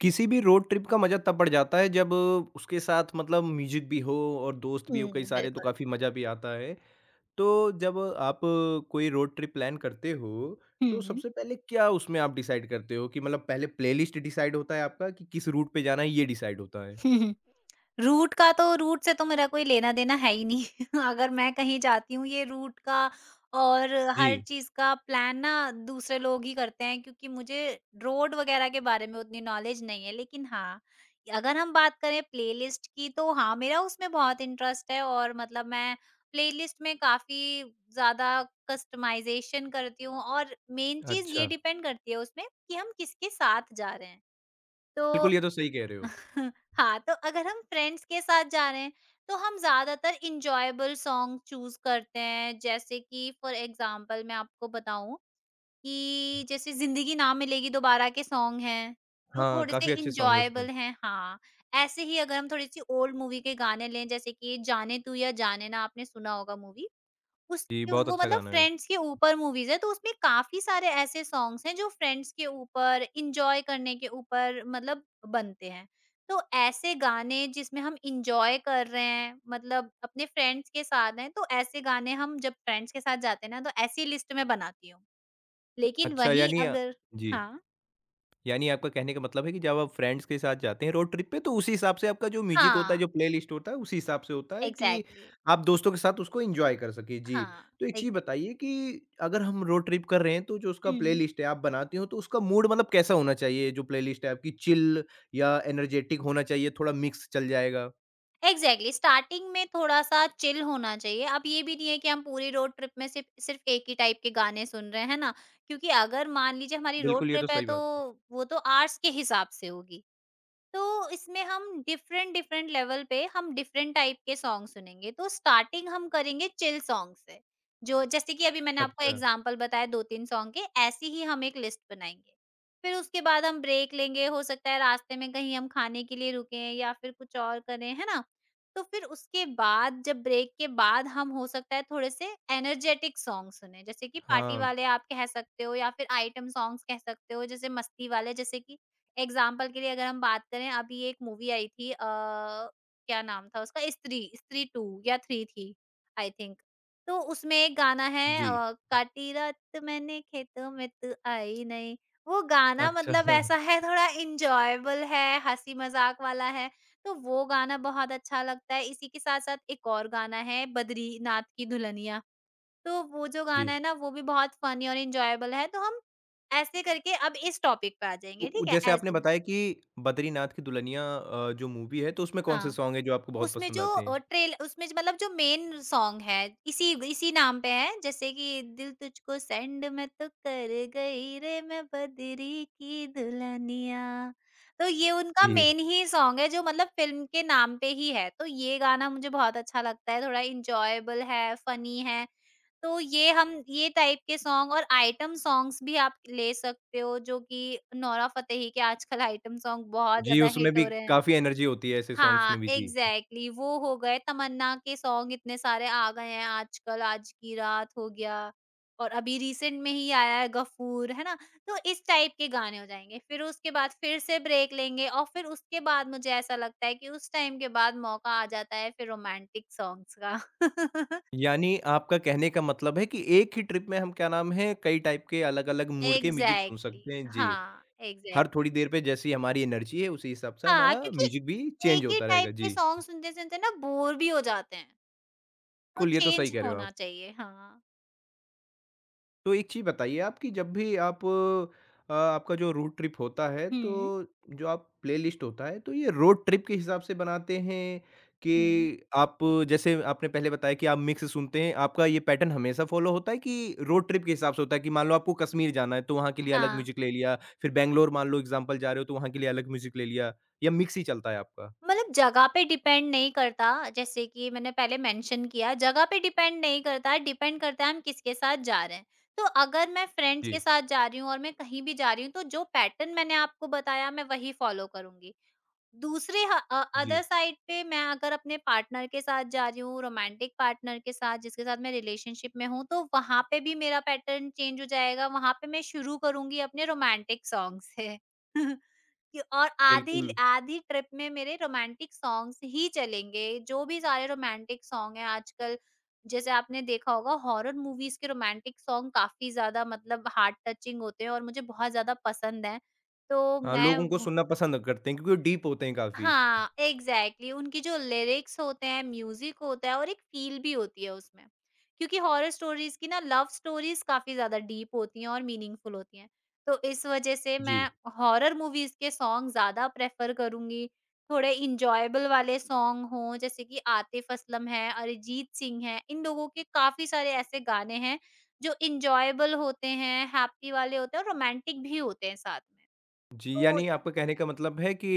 किसी भी road trip का मज़ा तब बढ़ जाता है जब उसके साथ म्यूज़िक भी हो और दोस्त भी हो कई हुँ, सारे तो बिल्कुल। काफ़ी मज़ा भी आता है। तो जब आप कोई रोड ट्रिप प्लान करते हो, तो हुँ। सबसे पहले क्या उसमें आप डिसाइड करते हो कि पहले प्लेलिस्ट डिसाइड होता है आपका कि किस रूट पे जाना है ये डिसाइड होता है? रूट का तो रूट से तो मेरा कोई लेना-देना है ही नहीं। अगर मैं कहीं जाती हूँ ये रूट का और हर जी। चीज़ का प्लान ना दूसरे लोग ही करते हैं, क्योंकि मुझे रोड वग़ैरह के बारे में उतनी नॉलेज नहीं है। लेकिन हाँ, अगर हम बात करें प्लेलिस्ट की तो हाँ, मेरा उसमें बहुत इंटरेस्ट है और मतलब मैं प्लेलिस्ट में काफ़ी ज़्यादा कस्टमाइज़ेशन करती हूँ और मेन चीज़ ये अच्छा। डिपेंड करती है उसमें कि हम किसके साथ जा रहे हैं। तो बिल्कुल, ये तो सही कह रहे हो। हाँ, तो अगर हम फ्रेंड्स के साथ जा रहे हैं, तो हम ज़्यादातर एन्जॉयबल सॉन्ग चूज़ करते हैं। जैसे कि फॉर एग्ज़ाम्पल मैं आपको बताऊँ कि जैसे "ज़िंदगी ना मिलेगी दोबारा" के सॉन्ग हैं, जो हाँ, थोड़े से काफ़ी अच्छे सॉन्ग है उसमें। एन्जॉयबल हैं। हाँ, ऐसे ही अगर हम थोड़ी-सी ओल्ड मूवी के गाने लें, जैसे कि "जाने तू या जाने ना" आपने सुना होगा मूवी। जी, उसके बहुत वो अच्छा मतलब गाना है वो। फ्रेंड्स के ऊपर मूवीज़ है, तो उसमें काफ़ी सारे ऐसे सॉन्ग्स हैं जो फ्रेंड्स के ऊपर, एन्जॉय करने के ऊपर मतलब बनते हैं। तो ऐसे गाने जिसमें हम एन्जॉय कर रहे हैं, मतलब अपने फ्रेंड्स के साथ हैं, तो ऐसे गाने हम जब फ्रेंड्स के साथ जाते हैं ना, तो ऐसी लिस्ट मैं बनाती हूँ। लेकिन अच्छा, वहीं यानी अगर जी। हाँ, यानी आपका कहने का मतलब है कि जब आप फ्रेंड्स के साथ जाते हैं रोड ट्रिप पे तो उसी हिसाब से आपका जो म्यूजिक होता है, हाँ, जो प्लेलिस्ट होता है, उसी हिसाब से होता है कि एग्ज़ैक्टली आप दोस्तों के साथ उसको एन्जॉय कर सकें। जी। हाँ, तो एक चीज़ एग्ज़ैक्ट बताइए कि अगर हम रोड ट्रिप कर रहे हैं तो जो उसका हुँ। प्लेलिस्ट है आप बनाती हो तो उसका मूड कैसा होना चाहिए? जो प्लेलिस्ट है आपकी, चिल या एनर्जेटिक होना चाहिए, थोड़ा मिक्स चल जाएगा? एग्ज़ैक्टली स्टार्टिंग में थोड़ा-सा चिल होना चाहिए। अब ये भी नहीं है कि हम पूरी रोड ट्रिप में सिर्फ़ सिर्फ़ एक ही टाइप के गाने सुन रहे हैं, है ना? क्योंकि अगर मान लीजिए हमारी रोड बिल्कुल, ये तो ट्रिप है सही तो बात है। वो तो आवर्स के हिसाब से होगी। तो इसमें हम डिफरेंट डिफरेंट लेवल पे हम डिफरेंट टाइप के सॉन्ग सुनेंगे। तो स्टार्टिंग हम करेंगे चिल सॉन्ग से, जो जैसे कि अभी मैंने आपको अच्छा, एग्ज़ाम्पल बताया 2-3 सॉन्ग के, ऐसी ही हम एक लिस्ट बनाएँगे। फिर उसके बाद हम ब्रेक लेंगे, हो सकता है रास्ते में कहीं हम खाने के लिए रुकें या फिर कुछ और करें, है ना? तो फिर उसके बाद जब ब्रेक के बाद हम हो सकता है थोड़े से एनर्जेटिक सॉन्ग सुनें, जैसे कि पार्टी हाँ, वाले आप कह सकते हो या फिर आइटम सॉन्ग्स कह सकते हो, जैसे मस्ती वाले जैसे कि एग्ज़ाम्पल के लिए अगर हम बात करें अभी एक मूवी आई थी क्या नाम था उसका? स्त्री, स्त्री 2 या 3 थी आई थिंक। तो उसमें एक गाना है जी। काटी रात मैंने खेतों में तू आई नहीं। वो गाना अच्छा, मतलब हाँ, ऐसा है, थोड़ा एन्जॉयबल है, हँसी-मज़ाक वाला है, तो वो गाना बहुत अच्छा लगता है। इसी के साथ-साथ एक और गाना है बद्रीनाथ की दुल्हनिया। तो वो जो जी। गाना है ना वो भी बहुत फ़नी और एन्जॉयबल है। तो हम ऐसे करके अब इस टॉपिक पे आ तो जाएँगे, उ ठीक है? जैसे आपने ऐसे। बताया कि बद्रीनाथ की दुल्हनिया जो मूवी है, तो उसमें कौन-से हाँ। सॉन्ग हैं जो आपको बहुत उसमें पसंद जो आते हैं? मतलब जो मेन सॉन्ग है इसी इसी नाम पे है, जैसे कि दिल तुझको सेंड मैं तो कर गई रे मैं बदरी की दुल्हनिया। तो ये उनका जी। मेन ही सॉन्ग है जो मतलब फ़िल्म के नाम पे ही है। तो ये गाना मुझे बहुत अच्छा लगता है, थोड़ा एन्जॉयबल है, फ़नी है। तो ये हम ये टाइप के सॉन्ग और आइटम सॉन्ग्स भी आप ले सकते हो, जो कि नोरा फ़तेही के आजकल आइटम सॉन्ग बहुत जी, ज़्यादा उसमें हिट भी हो रहे हैं। काफ़ी एनर्जी होती है ऐसे सॉन्ग्स हाँ, में भी, जी। एग्ज़ैक्टली, वो हो गए तमन्ना के सॉन्ग इतने सारे आ गए हैं आजकल, आज की रात हो गया और अभी रिसेंट में ही आया है गफूर, है ना? तो इस टाइप के गाने हो जाएँगे। फिर उसके बाद फिर से ब्रेक लेंगे और फिर उसके बाद मुझे ऐसा लगता है कि उस टाइम के बाद मौका आ जाता है फिर रोमांटिक सॉन्ग्स का। यानी आपका कहने का मतलब है कि एक ही ट्रिप में हम क्या नाम है, कई टाइप के अलग-अलग मूड के म्यूज़िक सुन सकते हैं। जी, हर एग्ज़ैक्टली थोड़ी देर पे जैसी हमारी एनर्जी है, उसी हिसाब से हाँ, हमारा म्यूज़िक भी क्योंकि चेंज एक ही होता रहेगा। टाइप के जी, सॉन्ग सुनते-सुनते ना बोर भी हो जाते हैं, तो बिल्कुल ये तो सही चेंज कह रहे हो आप। होना चाहिए। हाँ। तो एक चीज़ बताइए आप कि जब भी आप आपका जो रोड ट्रिप होता है तो हुँ। जो आप प्लेलिस्ट होता है तो ये रोड ट्रिप के हिसाब से बनाते हैं कि हुँ। आप जैसे आपने पहले बताया कि आप मिक्स सुनते हैं, आपका ये पैटर्न हमेशा फॉलो होता है कि रोड ट्रिप के हिसाब से होता है कि मान लो आपको कश्मीर जाना है तो वहाँ के लिए अलग हाँ, म्यूजिक ले लिया, फिर बैंगलोर मान लो एग्जाम्पल जा रहे हो तो वहाँ के लिए अलग म्यूजिक ले लिया या मिक्स ही चलता है आपका। मतलब जगह पे डिपेंड नहीं करता, जैसे कि मैंने पहले मेंशन किया जगह पे डिपेंड नहीं करता, डिपेंड करता है हम किसके साथ जा रहे हैं। तो अगर मैं फ्रेंड्स के जी। साथ जा रही हूँ और मैं कहीं भी जा रही हूँ तो जो पैटर्न मैंने आपको बताया मैं वही फॉलो करूँगी। दूसरे जी। अदर साइड पे, मैं अगर अपने पार्टनर के साथ जा रही हूँ, रोमांटिक पार्टनर के साथ जिसके साथ मैं रिलेशनशिप में हूँ, तो वहाँ पे भी मेरा पैटर्न चेंज हो जाएगा, वहाँ पे मैं शुरू करूँगी अपने रोमांटिक सॉन्ग से। कि और बिल्कुल। आधी ट्रिप में मेरे रोमांटिक सॉन्ग्स ही चलेंगे, जो भी सारे रोमांटिक सॉन्ग हैं आजकल, जैसे आपने देखा होगा हॉरर मूवीज़ के रोमांटिक सॉन्ग काफ़ी ज़्यादा मतलब हार्ट टचिंग होते हैं और मुझे बहुत ज़्यादा पसंद हैं। तो हाँ, लोग उनको मैं सुनना पसंद करते हैं क्योंकि वो डीप होते हैं काफ़ी। हाँ, एग्ज़ैक्टली, उनकी जो लिरिक्स होते हैं, म्यूज़िक होता है और एक फ़ील भी होती है उसमें। क्योंकि हॉरर स्टोरीज़ की ना लव स्टोरीज़ काफ़ी ज़्यादा डीप होती हैं और मीनिंगफुल होती हैं। तो इस वज़ह से जी। मैं हॉरर मूवीज़ के सॉन्ग ज़्यादा प्रेफ़र करूँगी। थोड़े एन्जॉयबल वाले सॉन्ग हों जैसे कि आतिफ़ असलम है, अरिजीत सिंह है, इन लोगों के काफ़ी सारे ऐसे गाने हैं जो एन्जॉयबल होते हैं, हैप्पी वाले होते हैं और रोमांटिक भी होते हैं साथ में। जी, तो यानी आपका कहने का मतलब है कि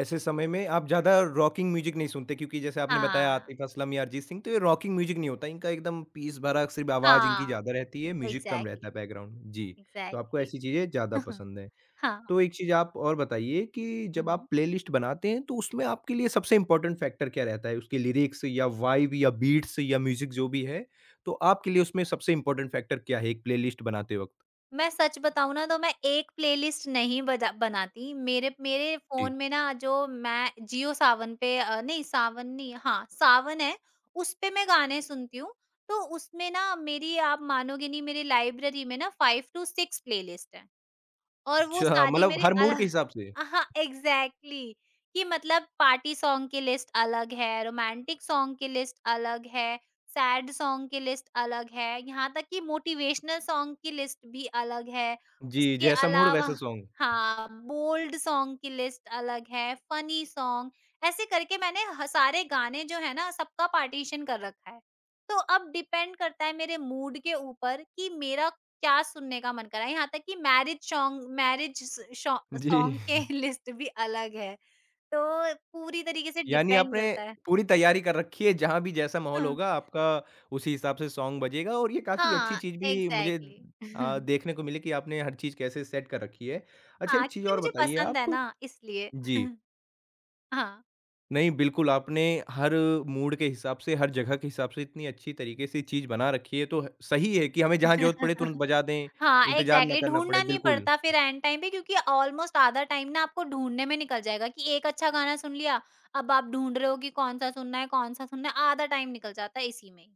ऐसे समय में आप ज़्यादा रॉकिंग म्यूज़िक नहीं सुनते क्योंकि जैसे आपने बताया हाँ, आतिफ असलम या अरिजीत सिंह, तो ये रॉकिंग म्यूज़िक नहीं होता, इनका एकदम पीस भरा सिर्फ़ आवाज़ इनकी हाँ, ज़्यादा रहती है, म्यूज़िक कम रहता एग्ज़ैक्टली। है बैकग्राउंड में। जी, तो आपको एग्ज़ैक्टली ऐसी चीज़ें ज़्यादा पसंद हैं। हाँ। तो एक चीज़ आप और बताइए कि हुँ, जब हुँ। आप प्लेलिस्ट बनाते हैं, तो उसमें आपके लिए सबसे इम्पोर्टेंट फैक्टर क्या रहता है? उसके लिरिक्स या वाइब या बीट्स या म्यूज़िक जो भी है, तो आपके लिए उसमें सबसे इम्पोर्टेंट फैक्टर क्या है एक प्लेलिस्ट बनाते वक़्त? मैं सच बताऊँ ना तो मैं एक प्लेलिस्ट नहीं बजा बनाती। मेरे मेरे फ़ोन जी। में ना जो मैं जियो सावन पे नहीं सावन नहीं, हाँ, सावन है, उस पे मैं गाने सुनती हूँ। तो उसमें ना मेरी आप मानोगे नहीं, मेरी लाइब्रेरी में ना 5 टू 6 प्लेलिस्ट है। और वो अच्छा, सारी मतलब मेरे हर मूड के अलग हिसाब से? हाँ, एग्ज़ैक्टली, कि मतलब पार्टी सॉन्ग की लिस्ट अलग है, रोमांटिक सॉन्ग की लिस्ट अलग है, सैड सॉन्ग की लिस्ट अलग है, यहाँ तक कि मोटिवेशनल सॉन्ग की लिस्ट भी अलग है। जी, उसके जैसा मूड वैसा अलावा सॉन्ग। हाँ, बोल्ड सॉन्ग की लिस्ट अलग है, फनी सॉन्ग, ऐसे करके मैंने ह सारे गाने जो है ना सबका पार्टीशन कर रखा है। तो अब डिपेंड करता है मेरे मूड के ऊपर कि मेरा क्या सुनने का मन करा, यहाँ तक कि मैरिज शॉन्ग मैरिज स शॉ जी, सॉन्ग के लिस्ट भी अलग है। तो पूरी तरीके से यानी डिपेंड आपने करता है। पूरी तैयारी कर रखी है, जहाँ भी जैसा माहौल हाँ, होगा आपका उसी हिसाब से सॉन्ग बजेगा और ये काफ़ी अच्छी हाँ, चीज़ भी मुझे एग्ज़ैक्टली। देखने को मिली कि आपने हर चीज़ कैसे सेट कर रखी है। अच्छा, हाँ, एक चीज़ क्योंकि और मुझे बताइए पसंद आप। है ना इसलिए। जी, हाँ। नहीं बिल्कुल, आपने हर मूड के हिसाब से, हर जगह के हिसाब से इतनी अच्छी तरीके से चीज़ बना रखी है, तो सही है कि हमें जहाँ ज़रूरत पड़े तुरंत बजा दें, हाँ, इंतज़ार ना एग्ज़ैक्टली, करना ढूँढना पड़े, नहीं बिल्कुल। पड़ता फिर एंड टाइम पे, क्योंकि ऑलमोस्ट आधा टाइम ना आपको ढूँढने में निकल जाएगा कि एक अच्छा गाना सुन लिया, अब आप ढूँढ रहे हो कि कौन-सा सुनना है, आधा टाइम निकल जाता है इसी में ही।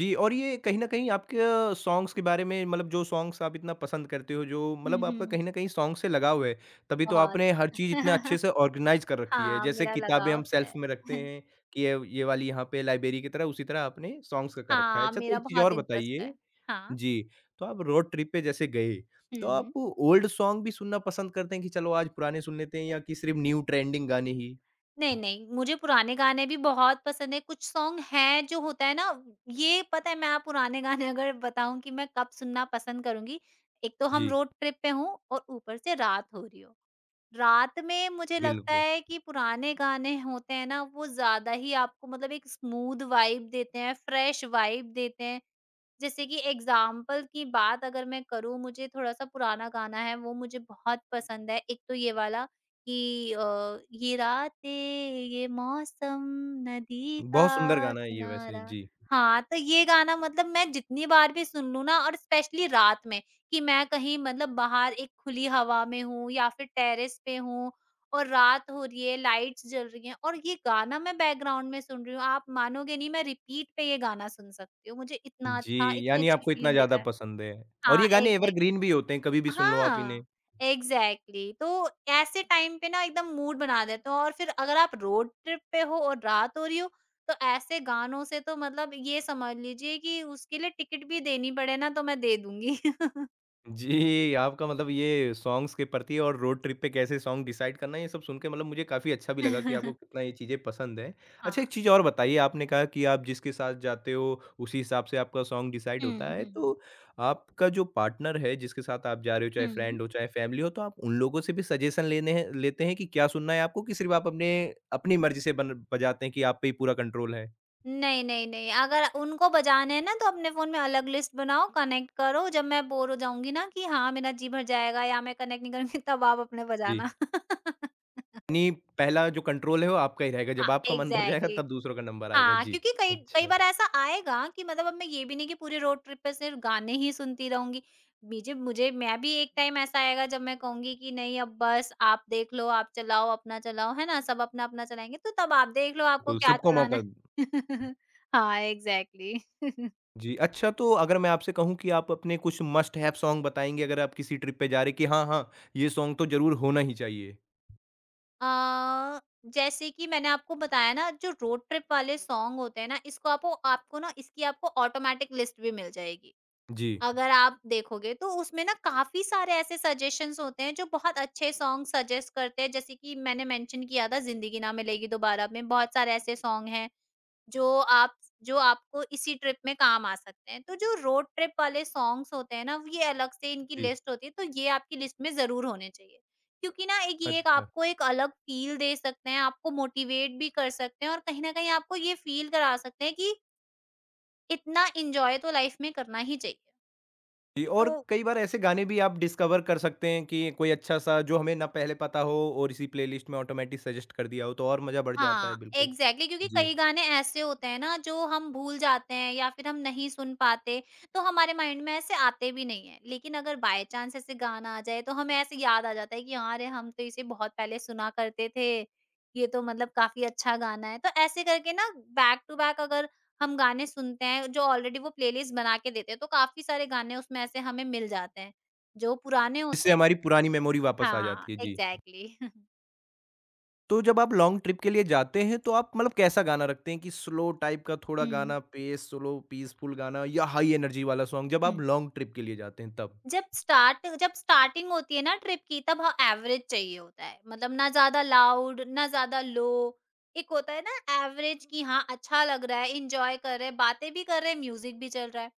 जी, और ये कहीं न कहीं आपके सॉन्ग्स के बारे में, जो सॉन्ग्स आप इतना पसंद करते हो, जो हुँ, मतलब आपका हुँ। कहीं न कहीं सॉन्ग से लगाव है, तभी तो बहुत। आपने हर चीज़ इतना अच्छे से ऑर्गेनाइज़ कर रखी है। हाँ, जैसे मेरा किताबें हम लगाव शेल्फ है। में रखते हैं कि ये वाली यहाँ पे लाइब्रेरी की तरह, उसी तरह आपने सॉन्ग्स का कर रखा है। हाँ, अच्छा, तो मेरा एक चीज़ बहुत और इंटरेस्ट है। बताइए। हाँ। जी, तो आप रोड ट्रिप पे जैसे गए, तो आप हुँ। ओल्ड सॉन्ग भी सुनना पसंद करते हैं कि चलो आज पुराने सुन लेते हैं या कि सिर्फ़ न्यू ट्रेंडिंग गाने ही? नहीं, नहीं, मुझे पुराने गाने भी बहुत पसंद हैं। कुछ सॉन्ग हैं जो होता है ना, ये पता है, मैं आप पुराने गाने अगर बताऊँ कि मैं कब सुनना पसंद करूँगी, एक तो हम जी, रोड ट्रिप पे हों और ऊपर से रात हो रही हो। रात में मुझे लगता बिल्कुल। है कि पुराने गाने होते हैं ना, वो ज़्यादा ही आपको मतलब एक स्मूथ वाइब देते हैं, फ्रेश वाइब देते हैं। जैसे कि एग्ज़ाम्पल की बात अगर मैं करूँ, मुझे थोड़ा-सा पुराना गाना है, वो मुझे बहुत पसंद है। एक तो ये वाला कि ये रातें, ये मौसम, नदी बहुत सुंदर का गाना है ये वैसे। किनारा। जी। हाँ, तो ये गाना मतलब मैं जितनी बार भी सुन लूँ ना और स्पेशली रात में, कि मैं कहीं मतलब बाहर एक खुली हवा में हूँ या फिर टेरेस पे हूँ और रात हो रही है, लाइट्स जल रही हैं और ये गाना मैं बैकग्राउंड में सुन रही हूँ। आप मानोगे नहीं, मैं रिपीट पे ये गाना सुन सकती हूँ। मुझे इतना अच्छा, जी, इतनी यानी अच्छी आपको इतना फीलिंग देता ज़्यादा है। पसंद है और हाँ, ये गाने एग्ज़ैक्टली। एवरग्रीन भी होते हैं, कभी भी सुन लो आप इन्हें। हाँ, एग्ज़ैक्टली। तो ऐसे टाइम पे ना एकदम मूड बना देता हूँ और फिर अगर आप रोड ट्रिप पे हो और रात हो रही हो, तो ऐसे गानों से तो मतलब ये समझ लीजिए कि उसके लिए टिकट भी देनी पड़े ना तो मैं दे दूँगी। जी, आपका मतलब ये सॉन्ग्स के प्रति और रोड ट्रिप पे कैसे सॉन्ग डिसाइड करना, ये सब सुन के मुझे काफ़ी अच्छा भी लगा कि आपको कितना ये चीज़ें पसंद हैं। अच्छा, एक हाँ। चीज़ और बताइए, आपने कहा कि आप जिसके साथ जाते हो, उसी हिसाब से आपका सॉन्ग डिसाइड होता हुँ, है, हुँ। तो आपका जो पार्टनर है, जिसके साथ आप जा रहे हो, चाहे हुँ। फ्रेंड हो, चाहे फैमिली हो, तो आप उन लोगों से भी सजेशन लेने हैं लेते हैं कि क्या सुनना है आपको कि सिर्फ़ आप अपने अपनी मर्ज़ी से बन बजाते हैं कि आप पे ही पूरा कंट्रोल है? नहीं, नहीं, नहीं, अगर उनको बजाने हैं ना तो अपने फ़ोन में अलग लिस्ट बनाओ, कनेक्ट करो, जब मैं बोर हो जाऊँगी ना कि हाँ, मेरा जी भर जाएगा या मैं कनेक्ट नहीं करूँगी तब आप अपने जी। बजाना। यानी पहला जो कंट्रोल है वो आपका ही रहेगा, हाँ, जब आपका मन भर जाएगा एग्ज़ैक्टली, तब दूसरों का नंबर आएगा। हाँ, जी, क्योंकि कई कई अच्छा, बार ऐसा आएगा कि मतलब अब मैं ये भी नहीं कि पूरे रोड ट्रिप पे सिर्फ़ गाने ही सुनती रहूँगी। मुझे मुझे मैं भी एक टाइम ऐसा आएगा जब मैं कहूँगी कि नहीं अब बस आप देख लो, आप चलाओ, अपना चलाओ, है ना? सब अपना-अपना चलाएँगे तो तब आप देख लो आपको बिल्कुल क्या सबको चलाना मौका। है। हाँ, एग्ज़ैक्टली। जी, अच्छा, तो अगर मैं आपसे कहूँ कि आप अपने कुछ मस्ट हैव सॉन्ग बताएँगे अगर आप किसी ट्रिप पे जा रहे हैं कि हाँ, हाँ, ये सॉन्ग तो ज़रूर होना ही चाहिए? अ, जैसे कि मैंने आपको बताया ना जो रोड ट्रिप वाले सॉन्ग होते हैं ना इसको आपको आपको ना इसकी आपको ऑटोमेटिक लिस्ट भी मिल जाएगी। जी। अगर आप देखोगे तो उसमें ना काफ़ी सारे ऐसे सजेशंस होते हैं जो बहुत अच्छे सॉन्ग सजेस्ट करते हैं, जैसे कि मैंने मेंशन किया था ज़िंदगी ना मिलेगी दोबारा में बहुत सारे ऐसे सॉन्ग हैं जो आप जो आपको इसी ट्रिप में काम आ सकते हैं। तो जो रोड ट्रिप वाले सॉन्ग्स होते हैं ना, ये अलग से इनकी जी, लिस्ट होती है, तो ये आपकी लिस्ट में ज़रूर होने चाहिए। क्योंकि ना एक ये एक अच्छा। आपको एक अलग फ़ील दे सकते हैं, आपको मोटिवेट भी कर सकते हैं और कहीं न कहीं आपको ये फ़ील करा सकते हैं कि इतना एन्जॉय तो लाइफ़ में करना ही चाहिए। जी, तो और कई बार ऐसे गाने भी आप डिस्कवर कर सकते हैं कि कोई अच्छा-सा जो हमें ना पहले पता हो और इसी प्लेलिस्ट में ऑटोमेटिक सजेस्ट कर दिया हो, तो और मज़ा बढ़ जाता है, हाँ, बिल्कुल। एग्ज़ैक्टली, क्योंकि जी, कई गाने ऐसे होते हैं ना जो हम भूल जाते हैं या फिर हम नहीं सुन पाते, तो हमारे माइंड में ऐसे आते भी नहीं हैं। लेकिन अगर बाय चांस ऐसे गाना आ जाए तो हमें ऐसे याद आ जाता है कि हाँ, अरे हम तो इसे बहुत पहले सुना करते थे, ये तो मतलब काफ़ी अच्छा गाना है। तो ऐसे करके ना बैक टू बैक अगर हम गाने सुनते हैं जो ऑलरेडी वो प्लेलिस्ट बना के देते हैं, तो काफ़ी सारे गाने उसमें ऐसे हमें मिल जाते हैं, जो पुराने जिससे होते हैं। हमारी पुरानी मेमोरी वापस आ हाँ, जाती है। जी। एग्ज़ैक्टली। तो जब आप लॉन्ग ट्रिप के लिए जाते हैं तो आप कैसा गाना रखते हैं कि स्लो टाइप का थोड़ा हुँ, हुँ। गाना, पेस स्लो पीसफुल गाना या हाई एनर्जी वाला सॉन्ग जब आप लॉन्ग ट्रिप के लिए जाते हैं तब? जब स्टार्टिंग होती है ना ट्रिप की तब हाँ एवरेज चाहिए होता है, मतलब ना ज्यादा लाउड ना ज्यादा लो। एक होता है ना एवरेज कि हाँ अच्छा लग रहा है, इंजॉय कर रहे हैं, बातें भी कर रहे हैं, म्यूजिक भी चल रहा है।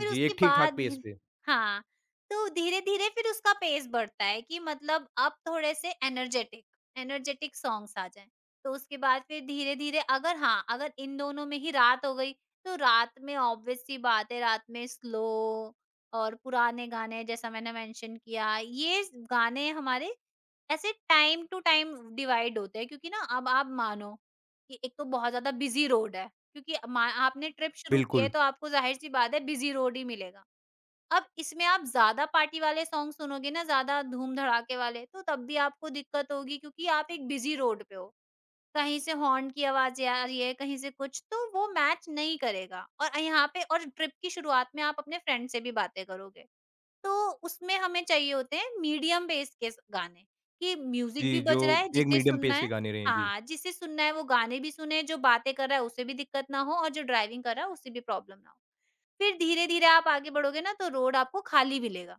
फिर जी, उसके एक ठीक-ठाक बाद पेस धीरे, पे। हाँ, तो धीरे धीरे फिर उसका पेस बढ़ता है कि मतलब अब थोड़े से एनर्जेटिक एनर्जेटिक सॉन्ग्स आ जाएं। तो उसके बाद फिर धीरे धीरे, अगर हाँ, अगर इन दोनों में ही रात हो गई तो रात में ऑब्वियस सी बात है, रात में स्लो और पुराने गाने, जैसा मैंने मेंशन किया। ये गाने हमारे ऐसे टाइम टू टाइम डिवाइड होते हैं क्योंकि ना अब आप मानो कि एक तो बहुत ज्यादा बिजी रोड है, क्योंकि आपने ट्रिप शुरू की है बिल्कुल। तो आपको जाहिर सी बात है बिजी रोड ही मिलेगा। अब इसमें आप ज्यादा पार्टी वाले सॉन्ग सुनोगे ना, ज्यादा धूम धड़ाके वाले, तो तब भी आपको दिक्कत होगी क्योंकि आप एक बिजी रोड पे हो, कहीं से हॉर्न की आवाज आ रही है, कहीं से कुछ, तो वो मैच नहीं करेगा। और यहाँ पे और ट्रिप की शुरुआत में आप अपने फ्रेंड से भी बातें करोगे, तो उसमें हमें चाहिए होते हैं मीडियम बेस के स गाने, कि म्यूज़िक जी, भी जो बज रहा है, एक जिसे मीडियम सुनना पेस के है, गाने रहें, जी। हाँ, जिसे सुनना है वो गाने भी सुने, जो बातें कर रहा है उसे भी दिक्कत ना हो और जो ड्राइविंग कर रहा है उसे भी प्रॉब्लम ना हो। फिर धीरे-धीरे आप आगे बढ़ोगे ना तो रोड आपको खाली मिलेगा।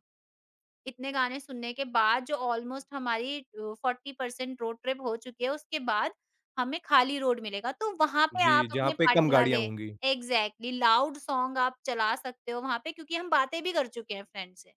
इतने गाने सुनने के बाद, जो ऑलमोस्ट हमारी 40% रोड ट्रिप हो चुकी है, उसके बाद हमें खाली रोड मिलेगा। तो वहाँ पे जी, आप जहाँ अपने पे कम पार्टी गाड़ियाँ वाले, होंगी। एग्ज़ैक्टली, लाउड सॉन्ग आप चला सकते हो वहाँ पे, क्योंकि हम बातें भी कर चुके हैं फ्रेंड से।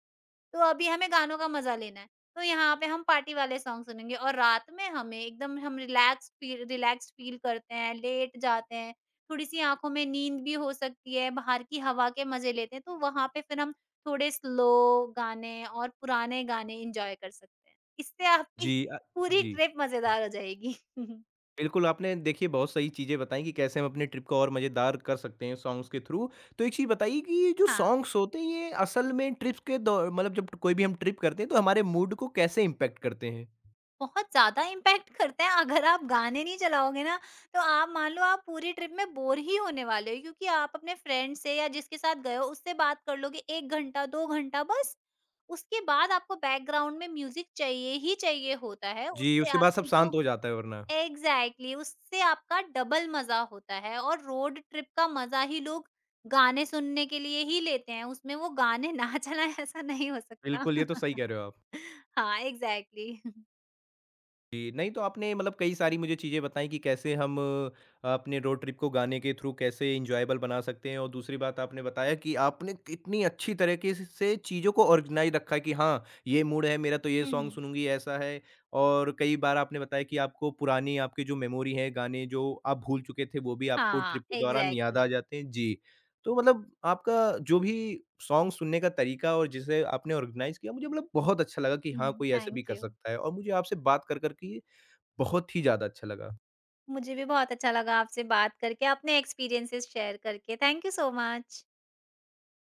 तो अभी हमें गानों का मज़ा लेना है, तो यहाँ पे हम पार्टी वाले सॉन्ग सुनेंगे। और रात में हमें एकदम हम रिलैक्स्ड फील करते हैं, लेट जाते हैं, थोड़ी-सी आँखों में नींद भी हो सकती है, बाहर की हवा के मज़े लेते हैं, तो वहाँ पे फिर हम थोड़े स्लो गाने और पुराने गाने एन्जॉय कर सकते हैं। इससे आपकी जी, पूरी जी। ट्रिप मज़ेदार हो जाएगी। बिल्कुल, आपने देखिए बहुत सही चीज़ें बताई कि कैसे हम अपने ट्रिप को और मज़ेदार कर सकते हैं सॉन्ग्स के थ्रू। तो एक चीज़ बताइए कि ये जो हाँ। सॉन्ग्स होते हैं ये असल में ट्रिप्स के दौ मतलब जब कोई भी हम ट्रिप करते हैं तो हमारे मूड को कैसे इम्पैक्ट करते हैं? बहुत ज़्यादा इम्पैक्ट करता है, अगर आप गाने नहीं चलाओगे ना, तो आप मान लो आप पूरी ट्रिप में बोर ही होने वाले हो, क्योंकि आप अपने फ्रेंड से या जिसके साथ गए हो उससे बात कर लोगे 1 घंटा, 2 घंटा बस। उसके बाद आपको बैकग्राउंड में म्यूज़िक चाहिए ही चाहिए होता है, जी, उससे उसके बाद सब आपकी शांत जो हो जाता है वरना। एग्ज़ैक्टली उससे आपका डबल मज़ा होता है, और रोड ट्रिप का मज़ा ही लोग गाने सुनने के लिए ही लेते हैं, उसमें वो गाने ना चलाएँ, ऐसा नहीं हो सकता। बिल्कुल, ये तो सही कह रहे हो आप। हाँ, एग्ज़ैक्टली। हुँ, जी, नहीं तो आपने कई सारी मुझे चीज़ें बताई कि कैसे हम अपने रोड ट्रिप को गाने के थ्रू कैसे एन्जॉयबल बना सकते हैं और दूसरी बात आपने बताया कि आपने कितनी अच्छी तरीके स से चीज़ों को ऑर्गेनाइज़ रखा है कि हाँ, ये मूड है मेरा तो ये सॉन्ग हुँ। सुनूँगी ऐसा है और कई बार आपने बताया कि आपको पुरानी आपकी जो मेमोरी है, गाने जो आप भूल चुके थे वो भी आपको हाँ, ट्रिप के दौरान याद आ एग्ज़ैक्टली। जाते हैं। जी। तो मतलब आपका जो भी सॉन्ग सुनने का तरीका और जिसे आपने ऑर्गेनाइज़ किया मुझे बहुत अच्छा लगा कि हाँ, हुँ, कोई ऐसे थैंक भी कर यू। सकता है और मुझे आपसे बात कर के बहुत ही ज़्यादा अच्छा लगा। मुझे भी बहुत अच्छा लगा आपसे बात करके, अपने एक्सपीरियंसेस शेयर करके। Thank you so much.